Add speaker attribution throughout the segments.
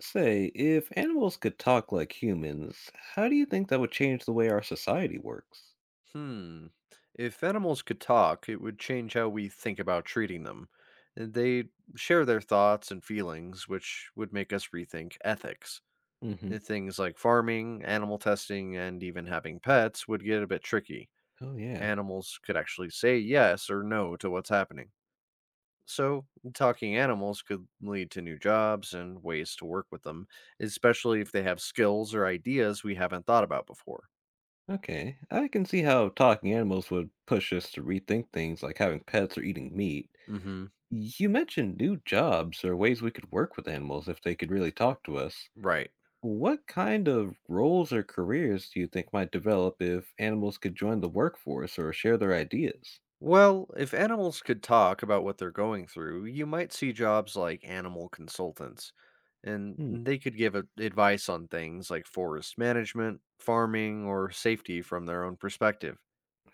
Speaker 1: Say, if animals could talk like humans, how do you think that would change the way our society works?
Speaker 2: Hmm. If animals could talk, it would change how we think about treating them. And they share their thoughts and feelings, which would make us rethink ethics.
Speaker 1: Hmm.
Speaker 2: Things like farming, animal testing, and even having pets would get a bit tricky.
Speaker 1: Oh, yeah.
Speaker 2: Animals could actually say yes or no to what's happening. So, talking animals could lead to new jobs and ways to work with them, especially if they have skills or ideas we haven't thought about before.
Speaker 1: Okay. I can see how talking animals would push us to rethink things like having pets or eating meat.
Speaker 2: Mm hmm.
Speaker 1: You mentioned new jobs or ways we could work with animals if they could really talk to us.
Speaker 2: Right.
Speaker 1: What kind of roles or careers do you think might develop if animals could join the workforce or share their ideas?
Speaker 2: Well, if animals could talk about what they're going through, you might see jobs like animal consultants, and
Speaker 1: Hmm.
Speaker 2: they could give advice on things like forest management, farming, or safety from their own perspective.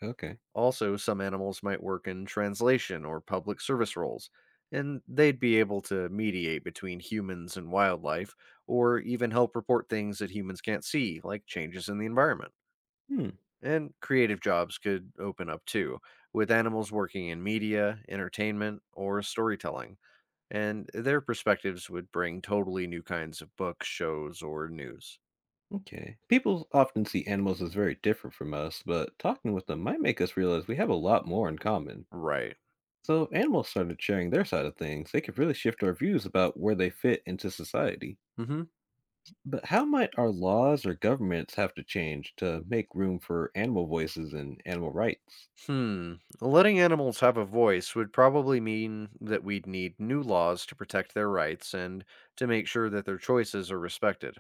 Speaker 1: Okay.
Speaker 2: Also, some animals might work in translation or public service roles, and they'd be able to mediate between humans and wildlife, or even help report things that humans can't see, like changes in the environment.
Speaker 1: Hmm.
Speaker 2: And creative jobs could open up too, with animals working in media, entertainment, or storytelling. And their perspectives would bring totally new kinds of books, shows, or news.
Speaker 1: Okay. People often see animals as very different from us, but talking with them might make us realize we have a lot more in common.
Speaker 2: Right.
Speaker 1: So, if animals started sharing their side of things, they could really shift our views about where they fit into society.
Speaker 2: Mm-hmm.
Speaker 1: But how might our laws or governments have to change to make room for animal voices and animal rights?
Speaker 2: Hmm. Letting animals have a voice would probably mean that we'd need new laws to protect their rights and to make sure that their choices are respected.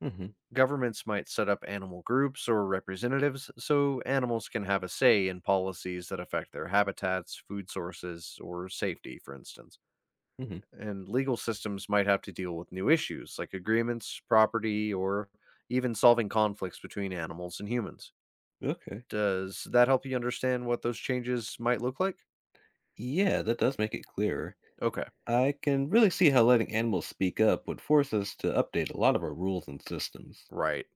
Speaker 1: Hmm.
Speaker 2: Governments might set up animal groups or representatives so animals can have a say in policies that affect their habitats, food sources, or safety, for instance.
Speaker 1: Hmm.
Speaker 2: And legal systems might have to deal with new issues like agreements, property, or even solving conflicts between animals and humans.
Speaker 1: Okay.
Speaker 2: Does that help you understand what those changes might look like?
Speaker 1: Yeah, that does make it clearer.
Speaker 2: Okay,
Speaker 1: I can really see how letting animals speak up would force us to update a lot of our rules and systems.
Speaker 2: right.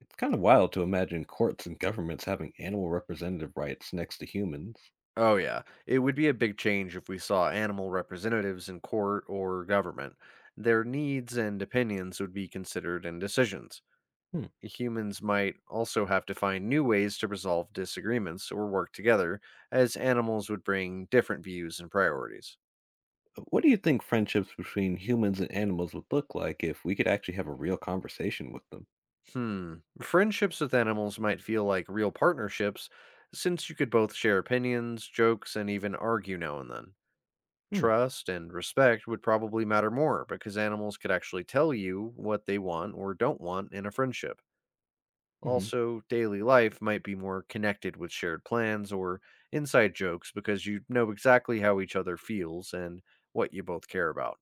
Speaker 1: It's kind of wild to imagine courts and governments having animal representative rights next to humans.
Speaker 2: Oh, yeah. It would be a big change if we saw animal representatives in court or government. Their needs and opinions would be considered in decisions.
Speaker 1: Hmm.
Speaker 2: Humans might also have to find new ways to resolve disagreements or work together, as animals would bring different views and priorities.
Speaker 1: What do you think friendships between humans and animals would look like if we could actually have a real conversation with them?
Speaker 2: Hmm. Friendships with animals might feel like real partnerships, since you could both share opinions, jokes, and even argue now and then.
Speaker 1: Hmm.
Speaker 2: Trust and respect would probably matter more because animals could actually tell you what they want or don't want in a friendship.
Speaker 1: Hmm.
Speaker 2: Also, daily life might be more connected with shared plans or inside jokes because you know exactly how each other feels and what you both care about.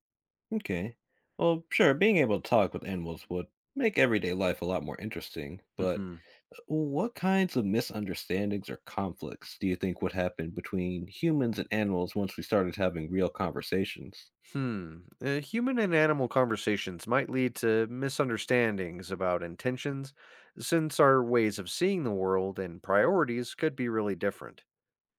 Speaker 1: Okay. Well, sure, being able to talk with animals would make everyday life a lot more interesting, but
Speaker 2: Hmm.
Speaker 1: what kinds of misunderstandings or conflicts do you think would happen between humans and animals once we started having real conversations?
Speaker 2: Hmm. Human and animal conversations might lead to misunderstandings about intentions, since our ways of seeing the world and priorities could be really different.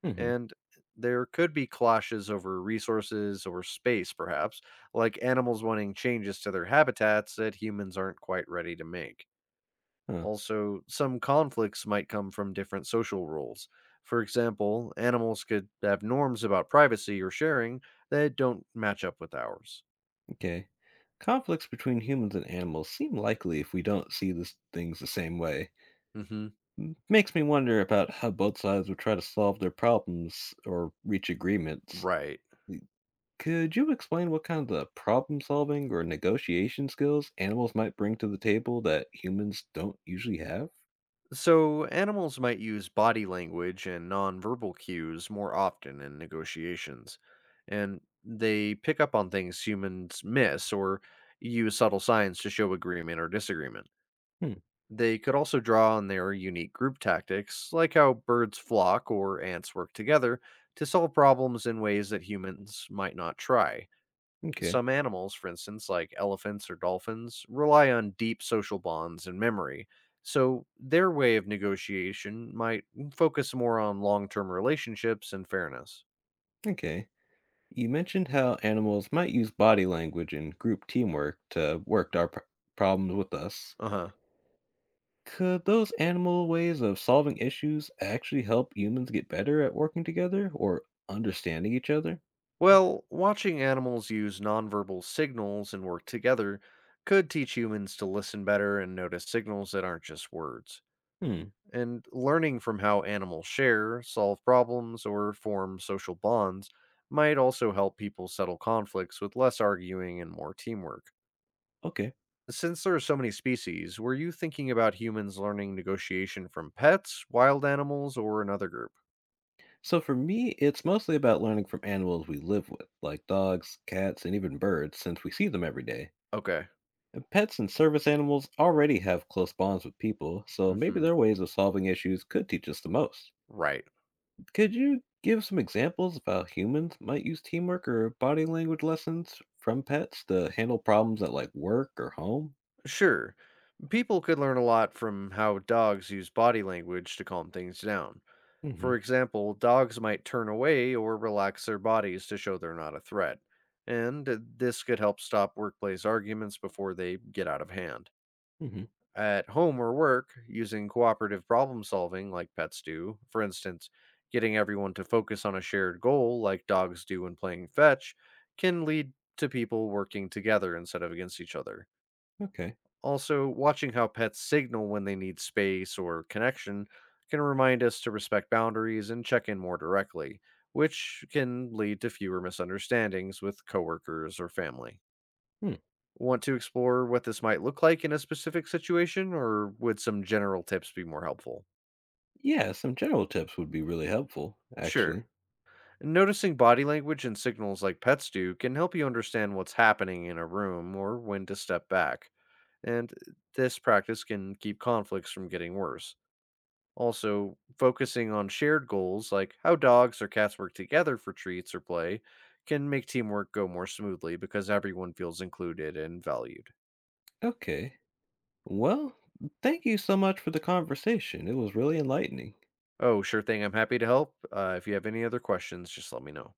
Speaker 1: Hmm.
Speaker 2: And there could be clashes over resources or space, perhaps, like animals wanting changes to their habitats that humans aren't quite ready to make.
Speaker 1: Huh.
Speaker 2: Also, some conflicts might come from different social rules. For example, animals could have norms about privacy or sharing that don't match up with ours.
Speaker 1: Okay. Conflicts between humans and animals seem likely if we don't see these things the same way.
Speaker 2: Hmm.
Speaker 1: Makes me wonder about how both sides would try to solve their problems or reach agreements.
Speaker 2: Right.
Speaker 1: Could you explain what kinds of problem solving or negotiation skills animals might bring to the table that humans don't usually have?
Speaker 2: So, animals might use body language and nonverbal cues more often in negotiations, and they pick up on things humans miss or use subtle signs to show agreement or disagreement.
Speaker 1: Hmm.
Speaker 2: They could also draw on their unique group tactics, like how birds flock or ants work together to solve problems in ways that humans might not try.
Speaker 1: Okay.
Speaker 2: Some animals, for instance, like elephants or dolphins, rely on deep social bonds and memory. So their way of negotiation might focus more on long term relationships and fairness.
Speaker 1: Okay. You mentioned how animals might use body language and group teamwork to work our problems with us.
Speaker 2: Uh huh.
Speaker 1: Could those animal ways of solving issues actually help humans get better at working together or understanding each other?
Speaker 2: Well, watching animals use nonverbal signals and work together could teach humans to listen better and notice signals that aren't just words.
Speaker 1: Hmm,
Speaker 2: And learning from how animals share, solve problems, or form social bonds might also help people settle conflicts with less arguing and more teamwork.
Speaker 1: okay.
Speaker 2: Since there are so many species, were you thinking about humans learning negotiation from pets, wild animals, or another group?
Speaker 1: So for me, it's mostly about learning from animals we live with, like dogs, cats, and even birds, since we see them every day.
Speaker 2: Okay.
Speaker 1: And pets and service animals already have close bonds with people, so maybe
Speaker 2: Hmm.
Speaker 1: their ways of solving issues could teach us the most.
Speaker 2: Right.
Speaker 1: Could you give some examples of how humans might use teamwork or body language lessons from pets to handle problems at like work or home?
Speaker 2: Sure. People could learn a lot from how dogs use body language to calm things down.
Speaker 1: Hmm.
Speaker 2: For example, dogs might turn away or relax their bodies to show they're not a threat, and this could help stop workplace arguments before they get out of hand.
Speaker 1: Hmm.
Speaker 2: At home or work, using cooperative problem solving like pets do, for instance, getting everyone to focus on a shared goal like dogs do when playing fetch, can lead to people working together instead of against each other.
Speaker 1: Okay.
Speaker 2: Also, watching how pets signal when they need space or connection can remind us to respect boundaries and check in more directly, which can lead to fewer misunderstandings with coworkers or family.
Speaker 1: Hmm.
Speaker 2: Want to explore what this might look like in a specific situation, or would some general tips be more helpful?
Speaker 1: Yeah, some general tips would be really helpful,
Speaker 2: Sure.
Speaker 1: actually.
Speaker 2: Noticing body language and signals like pets do can help you understand what's happening in a room or when to step back, and this practice can keep conflicts from getting worse. Also, focusing on shared goals like how dogs or cats work together for treats or play can make teamwork go more smoothly because everyone feels included and valued.
Speaker 1: Okay. Well, thank you so much for the conversation. It was really enlightening.
Speaker 2: Oh, sure thing. I'm happy to help. If you have any other questions, just let me know.